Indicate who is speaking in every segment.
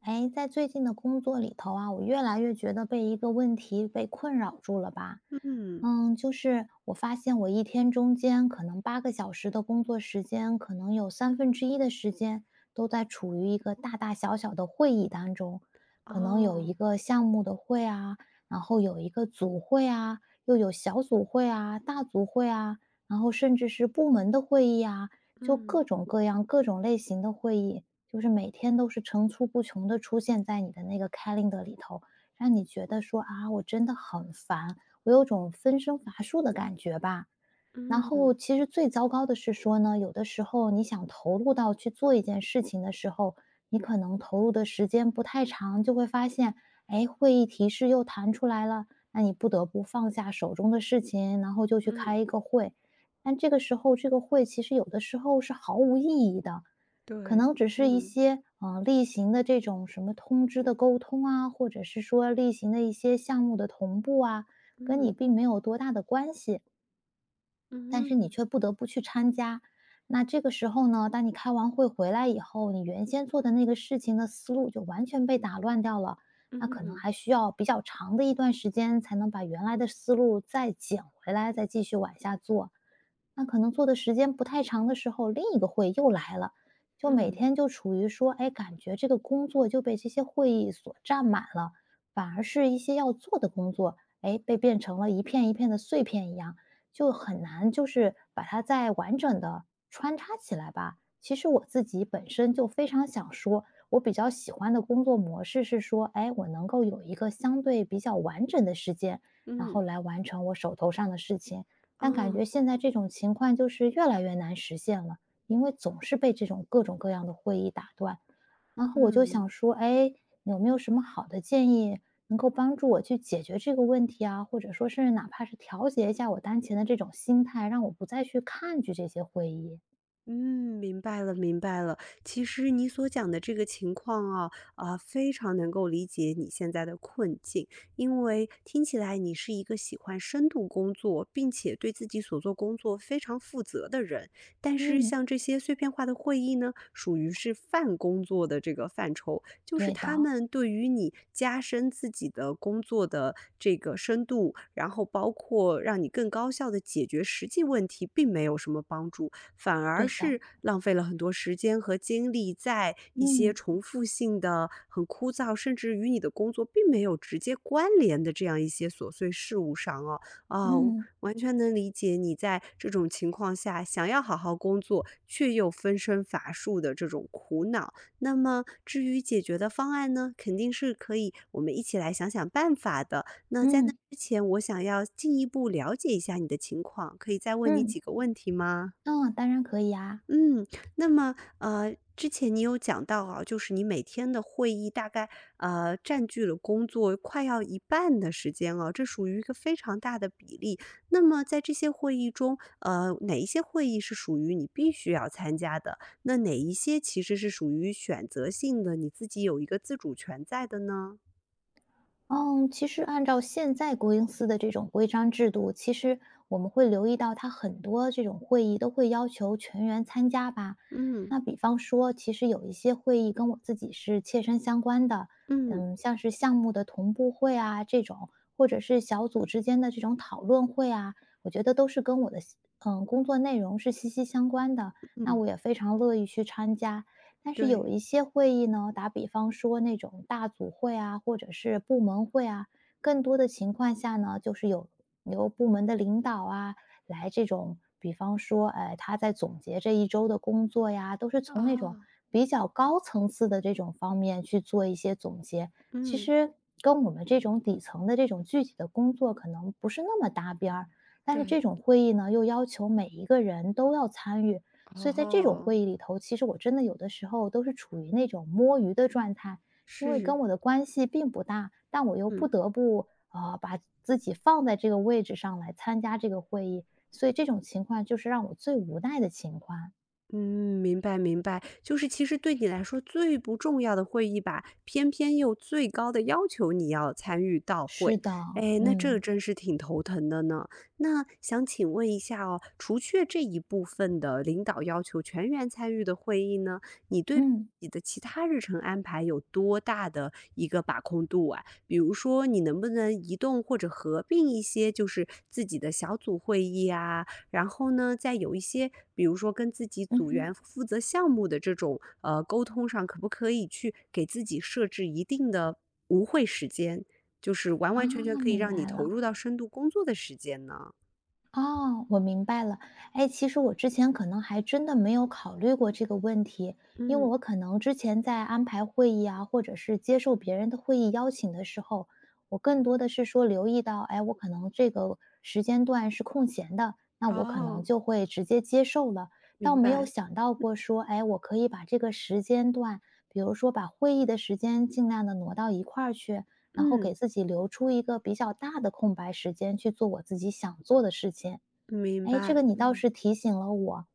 Speaker 1: 哎，在最近的工作里头啊，我越来越觉得被一个问题被困扰住了吧。
Speaker 2: 嗯，
Speaker 1: 嗯，就是我发现我一天中间可能8个小时的工作时间，可能有1/3的时间都在处于一个大大小小的会议当中，可能有一
Speaker 2: 哦，
Speaker 1: 个项目的会啊，然后有一个组会啊，又有小组会啊、大组会啊，然后甚至是部门的会议啊，就各
Speaker 2: 嗯，
Speaker 1: 种各样、各种类型的会议。就是每天都是层出不穷的出现在你的那个 calendar 里头，让你觉得说啊，我真的很烦，我有种分身乏术的感觉吧。然后
Speaker 2: 嗯，
Speaker 1: 其实最糟糕的是说呢，有的时候你想投入到去做一件事情的时候，你可能投入的时间不太长，就会发现，哎，会议提示又弹出来了，那你不得不放下手中的事情，然后就去
Speaker 2: 嗯，
Speaker 1: 开一个会。但这个时候，这个会其实有的时候是毫无意义的，可
Speaker 2: 对，
Speaker 1: 能只是一
Speaker 2: 嗯，
Speaker 1: 些例行的这种什么通知的沟通啊，或者是说例行的一些项目的同步啊，跟你
Speaker 2: 嗯，
Speaker 1: 并没有多大的关系。但是你
Speaker 2: 嗯，
Speaker 1: 却不得不去参加。那这个时候呢，当你开完会回来以后，你原先做的那个事情的思路就完全被打乱掉了。那可能
Speaker 2: 嗯，
Speaker 1: 还需要比较长的一段时间，才能把原来的思路再捡回来，再继续往下做。那可能做的时间不太长的时候，另一个会又来了，就每
Speaker 2: 嗯，
Speaker 1: 天就处于说，哎，感觉这个工作就被这些会议所占满了，反而是一些要做的工作，哎，被变成了一片一片的碎片一样。就很难就是把它再完整的穿插起来吧。其实我自己本身就非常想说，我比较喜欢的工作模式是说，哎，我能够有一个相对比较完整的时间，然后
Speaker 2: 嗯，
Speaker 1: 来完成我手头上的事情。但感觉
Speaker 2: 哦，
Speaker 1: 现在这种情况就是越来越难实现了，因为总是被这种各种各样的会议打断，然后我就想
Speaker 2: 嗯。
Speaker 1: 说，哎，有没有什么好的建议能够帮助我去解决这个问题啊？或者说，是哪怕是调节一下我当前的这种心态，让我不再去抗拒这些回忆。
Speaker 2: 嗯，明白了，明白了。其实你所讲的这个情况啊，非常能够理解你现在的困境，因为听起来你是一个喜欢深度工作，并且对自己所做工作非常负责的人。但是
Speaker 1: 嗯，
Speaker 2: 像这些碎片化的会议呢，属于是泛工作的这个范畴，就是
Speaker 1: 对
Speaker 2: 他
Speaker 1: 的，
Speaker 2: 们对于你加深自己的工作的这个深度，然后包括让你更高效的解决实际问题，并没有什么帮助。反而
Speaker 1: 对的，
Speaker 2: 是浪费了很多时间和精力在一些
Speaker 1: 嗯
Speaker 2: 重复性的、很枯燥，甚至与你的工作并没有直接关联的这样一些琐碎事物上哦。
Speaker 1: 嗯
Speaker 2: 哦，
Speaker 1: 嗯
Speaker 2: 完全能理解你在这种情况下想要好好工作，却又分身乏术的这种苦恼。那么至于解决的方案呢，肯定是可以，我们一起来想想办法的。那在那
Speaker 1: 嗯
Speaker 2: 之前，我想要进一步了解一下你的情况，可以再问你
Speaker 1: 嗯，
Speaker 2: 几个问题吗？
Speaker 1: 嗯当然可以啊。
Speaker 2: 嗯，那么，之前你有讲到啊，就是你每天的会议大概，占据了工作快要一半的时间哦，这属于一个非常大的比例。那么在这些会议中，哪一些会议是属于你必须要参加的？那哪一些其实是属于选择性的，你自己有一个自主权在的呢？
Speaker 1: 嗯，其实按照现在国营司的这种规章制度，其实我们会留意到，他很多这种会议都会要求全员参加吧。
Speaker 2: 嗯
Speaker 1: 那比方说，其实有一些会议跟我自己是切身相关的，
Speaker 2: 嗯
Speaker 1: 嗯，像是项目的同步会啊这种，或者是小组之间的这种讨论会啊，我觉得都是跟我的工作内容是息息相关的。那
Speaker 2: 嗯，
Speaker 1: 我也非常乐意去参加。但是
Speaker 2: 对，
Speaker 1: 有一些会议呢，打比方说那种大组会啊，或者是部门会啊，更多的情况下呢，就是有由部门的领导啊来这种，比方说，哎，他在总结这一周的工作呀，都是从那种
Speaker 2: 哦，
Speaker 1: 比较高层次的这种方面去做一些总结。其
Speaker 2: 嗯，
Speaker 1: 实跟我们这种底层的这种具体的工作可能不是那么搭边儿，但是
Speaker 2: 对，
Speaker 1: 这种会议呢，又要求每一个人都要参与，所以在这种
Speaker 2: 哦，
Speaker 1: 会议里头，其实我真的有的时候都是处于那种摸鱼的状态，因为
Speaker 2: 是，
Speaker 1: 跟我的关系并不大，但我又不
Speaker 2: 嗯。
Speaker 1: 得不把自己放在这个位置上来参加这个会议，所以这种情况就是让我最无奈的情况。
Speaker 2: 嗯，明白明白，就是其实对你来说最不重要的会议吧，偏偏又最高的要求你要参与到
Speaker 1: 是
Speaker 2: 会，
Speaker 1: 的，
Speaker 2: 哎，那这
Speaker 1: 嗯
Speaker 2: 真是挺头疼的呢。那想请问一下哦，除却这一部分的领导要求全员参与的会议呢，你对
Speaker 1: 嗯
Speaker 2: 你的其他日程安排有多大的一个把控度啊？比如说，你能不能移动或者合并一些，就是自己的小组会议啊，然后呢，在有一些，比如说跟自己
Speaker 1: 嗯
Speaker 2: 组
Speaker 1: 哼，
Speaker 2: 员负责项目的这种沟通上，可不可以去给自己设置一定的无会时间，就是完
Speaker 1: 啊，
Speaker 2: 完全全可以
Speaker 1: 明
Speaker 2: 让你
Speaker 1: 白了。
Speaker 2: 投入到深度工作的时间呢？
Speaker 1: 哦，我明白了。哎，其实我之前可能还真的没有考虑过这个问题，因为
Speaker 2: 嗯，
Speaker 1: 我可能之前在安排会议啊，或者是接受别人的会议邀请的时候，我更多的是说留意到，哎，我可能这个时间段是空闲的，那我可能
Speaker 2: 哦，
Speaker 1: 就会直接接受了，倒
Speaker 2: 明
Speaker 1: 没有
Speaker 2: 白。
Speaker 1: 想到过说，哎，我可以把这个时间段，比如说把会议的时间尽量的挪到一块儿去，然后给
Speaker 2: 嗯，
Speaker 1: 自己留出一个比较大的空白时间去做我自己想做的事情。
Speaker 2: 明
Speaker 1: 哎，这
Speaker 2: 白，
Speaker 1: 个你倒
Speaker 2: 嗯。
Speaker 1: 是提醒了我，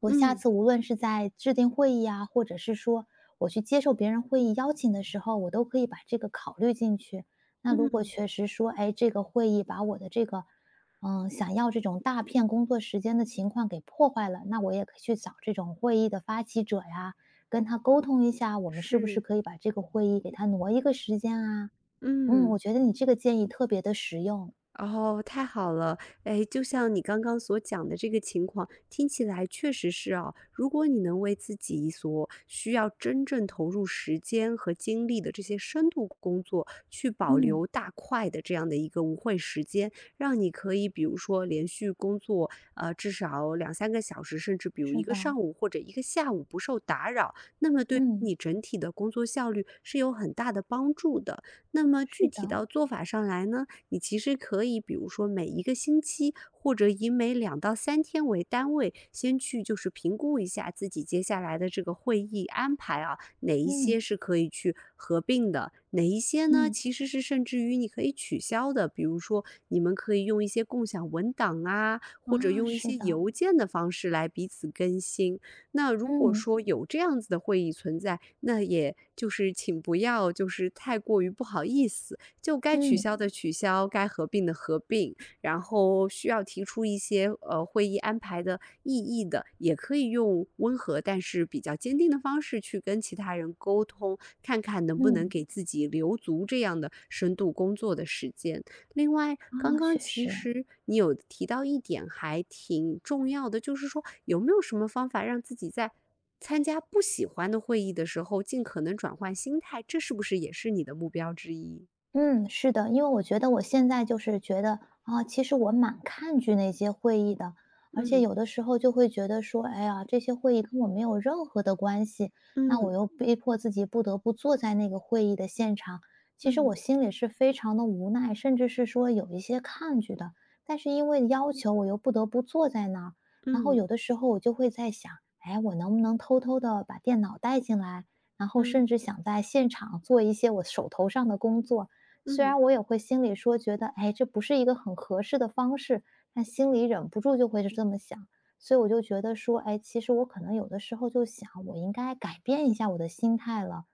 Speaker 1: 我下
Speaker 2: 嗯
Speaker 1: 次无论是在制定会议啊，或者是说我去接受别人会议邀请的时候，我都可以把这个考虑进去。那如果
Speaker 2: 嗯，
Speaker 1: 确实说，哎，这个会议把我的这个，嗯，想要这种大片工作时间的情况给破坏了，那我也可以去找这种会议的发起者呀，跟他沟通一下，我们是不是
Speaker 2: 是，
Speaker 1: 可以把这个会议给他挪一个时间啊？嗯，我
Speaker 2: 嗯。
Speaker 1: 觉得你这个建议特别的实用。
Speaker 2: 哦，太好了！哎，就像你刚刚所讲的这个情况，听起来确实是啊。如果你能为自己所需要真正投入时间和精力的这些深度工作，去保
Speaker 1: 嗯，
Speaker 2: 留大块的这样的一个无会时间，让你可以比如说连续工作，至少2 3个小时，甚至比如一
Speaker 1: 是
Speaker 2: 个
Speaker 1: 的，
Speaker 2: 上午或者一个下午不受打扰，那么对于
Speaker 1: 嗯，
Speaker 2: 你整体的工作效率是有很大的帮助的。那么
Speaker 1: 是
Speaker 2: 具体
Speaker 1: 的，
Speaker 2: 到做法上来呢？你其实可以比如说每一个星期，或者以每2到3天为单位，先去就是评估一下自己接下来的这个会议安排啊，哪一些
Speaker 1: 嗯
Speaker 2: 是可以去合并的，哪一些呢
Speaker 1: 嗯，
Speaker 2: 其实是甚至于你可以取消的。比如说，你们可以用一些共享文档啊，或者
Speaker 1: 啊，
Speaker 2: 用一
Speaker 1: 是
Speaker 2: 些
Speaker 1: 的，
Speaker 2: 邮件的方式来彼此更新。那如果
Speaker 1: 嗯
Speaker 2: 说有这样子的会议存在，那也就是请不要就是太过于不好意思。就该取
Speaker 1: 嗯
Speaker 2: 消的取消，该合并的合并，然后需要提出一些会议安排的异议的，也可以用温和但是比较坚定的方式去跟其他人沟通，看看能不能
Speaker 1: 嗯，
Speaker 2: 给自己留足这样的深度工作的时间。另外，刚
Speaker 1: 啊，
Speaker 2: 刚
Speaker 1: 确
Speaker 2: 其
Speaker 1: 实。
Speaker 2: 实你有提到一点还挺重要的，就是说有没有什么方法让自己在参加不喜欢的会议的时候，尽可能转换心态，这是不是也是你的目标之一？
Speaker 1: 嗯，是的，因为我觉得我现在就是觉得啊，其实我蛮抗拒那些会议的，而且
Speaker 2: 嗯
Speaker 1: 有的时候就会觉得说，哎呀，这些会议跟我没有任何的关系，那我
Speaker 2: 嗯
Speaker 1: 又逼迫自己不得不坐在那个会议的现场，其实我
Speaker 2: 嗯
Speaker 1: 心里是非常的无奈，甚至是说有一些抗拒的。但是因为要求，我又不得不坐在那儿，然后
Speaker 2: 嗯
Speaker 1: 有的时候我就会在想，哎，我能不能偷偷的把电脑带进来，然后
Speaker 2: 嗯
Speaker 1: 甚至
Speaker 2: 嗯
Speaker 1: 想在现场做一些我手头上的工作。虽
Speaker 2: 嗯
Speaker 1: 然我也会心里说觉得，哎，这不是一个很合适的方式，但心里忍不住就会是这么想，所以我就觉得说，哎，其实我可能有的时候就想，我应该改变一下我的心态了，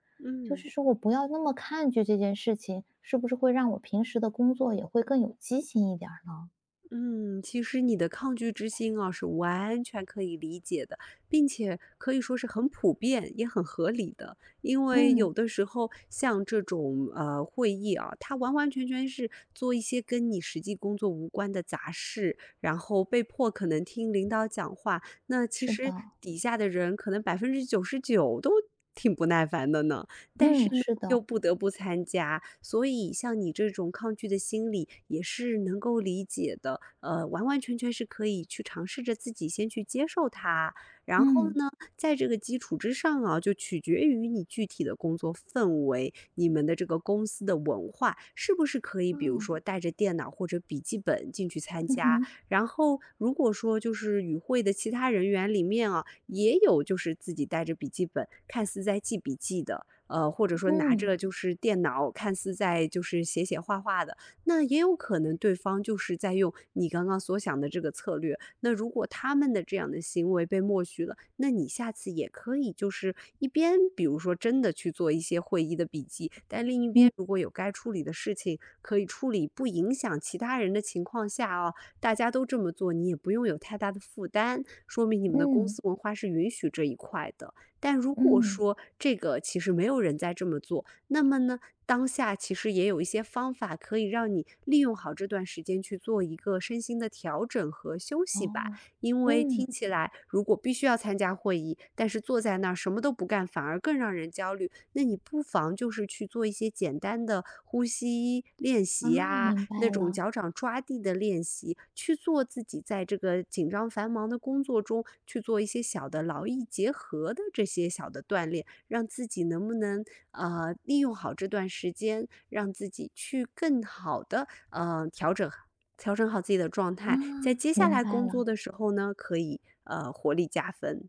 Speaker 1: 就
Speaker 2: 嗯，
Speaker 1: 是说我不要那么抗拒这件事情，是不是会让我平时的工作也会更有激情一点儿呢？
Speaker 2: 嗯其实你的抗拒之心啊，是完全可以理解的，并且可以说是很普遍，也很合理的。因为
Speaker 1: 嗯，
Speaker 2: 有的时候像这种会议啊，它完完全全是做一些跟你实际工作无关的杂事，然后被迫可能听领导讲话，那其
Speaker 1: 是的，
Speaker 2: 实底下的人可能99%都挺不耐烦的呢。
Speaker 1: 嗯，是
Speaker 2: 又
Speaker 1: 的，
Speaker 2: 不得不参加，所以像你这种抗拒的心理也是能够理解的。完完全全是可以去尝试着自己先去接受它，然后
Speaker 1: 嗯，
Speaker 2: 呢，在这个基础之上啊，就取决于你具体的工作氛围，你们的这个公司的文化是不是可以，比如
Speaker 1: 哦，
Speaker 2: 说带着电脑或者笔记本进去参
Speaker 1: 嗯
Speaker 2: 加。
Speaker 1: 哼，
Speaker 2: 然后，如果说就是与会的其他人员里面啊，也有就是自己带着笔记本，看似在记笔记的。或者说拿
Speaker 1: 嗯
Speaker 2: 着就是电脑，看似在就是写写画画的，那也有可能对方就是在用你刚刚所想的这个策略。那如果他们的这样的行为被默许了，那你下次也可以就是一边比如说真的去做一些会议的笔记，但另一边
Speaker 1: 嗯
Speaker 2: 如果有该处理的事情可以处理，不影响其他人的情况下啊，大家都这么做，你也不用有太大的负担，说明你们的公
Speaker 1: 嗯
Speaker 2: 司文化是允许这一块的。但如果
Speaker 1: 嗯，
Speaker 2: 说这个其实没有人在这么做，那么呢，当下其实也有一些方法可以让你利用好这段时间去做一个身心的调整和休息吧。
Speaker 1: 哦，
Speaker 2: 因为
Speaker 1: 嗯
Speaker 2: 听起来如果必须要参加会议，但是坐在那儿什么都不干，反而更让人焦虑。那你不妨就是去做一些简单的呼吸练习
Speaker 1: 啊，
Speaker 2: 呀，
Speaker 1: 明白
Speaker 2: 那种
Speaker 1: 了
Speaker 2: 脚掌抓地的练习，去做自己在这个紧张繁忙的工作中去做一些小的劳逸结合的这些小的锻炼，让自己能不能利用好这段时间，让自己去更好的调整好自己的状
Speaker 1: 啊，
Speaker 2: 态，在接下
Speaker 1: 明
Speaker 2: 来
Speaker 1: 白
Speaker 2: 工作
Speaker 1: 了。
Speaker 2: 的时候呢，可以活力加分。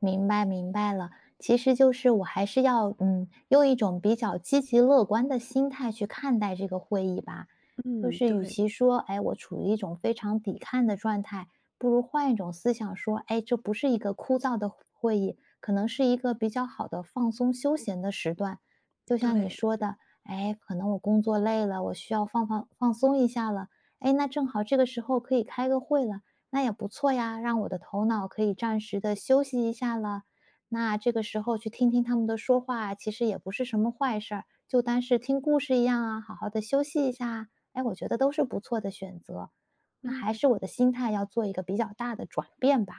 Speaker 1: 明白明白了，其实就是我还是要，嗯，用一种比较积极乐观的心态去看待这个会议吧。就
Speaker 2: 嗯，
Speaker 1: 是与
Speaker 2: 对
Speaker 1: 其说，哎，我处于一种非常抵抗的状态，不如换一种思想说，哎，这不是一个枯燥的会议，可能是一个比较好的放松休闲的时段。就像你
Speaker 2: 对，
Speaker 1: 说的，哎，可能我工作累了，我需要放松一下了，哎，那正好这个时候可以开个会了。那也不错呀，让我的头脑可以暂时的休息一下了。那这个时候去听听他们的说话，其实也不是什么坏事儿，就当是听故事一样啊，好好的休息一下啊。哎，我觉得都是不错的选择。那还
Speaker 2: 嗯。
Speaker 1: 是我的心态要做一个比较大的转变吧。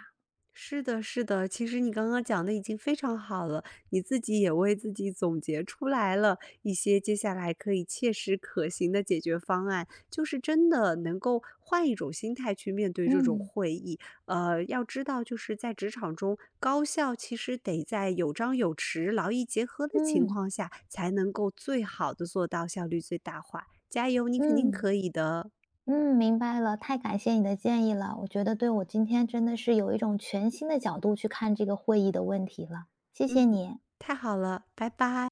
Speaker 2: 是的，是的，其实你刚刚讲的已经非常好了，你自己也为自己总结出来了一些接下来可以切实可行的解决方案，就是真的能够换一种心态去面对这种
Speaker 1: 嗯
Speaker 2: 会议。要知道就是在职场中，高效其实得在有章有弛、劳逸结合的情
Speaker 1: 嗯
Speaker 2: 况下，才能够最好的做到效率最大化。加油，你肯定
Speaker 1: 嗯
Speaker 2: 可以的。
Speaker 1: 嗯，明白了，太感谢你的建议了。我觉得对我今天真的是有一种全新的角度去看这个会议的问题了，谢谢
Speaker 2: 嗯，
Speaker 1: 你。
Speaker 2: 太好了，拜拜。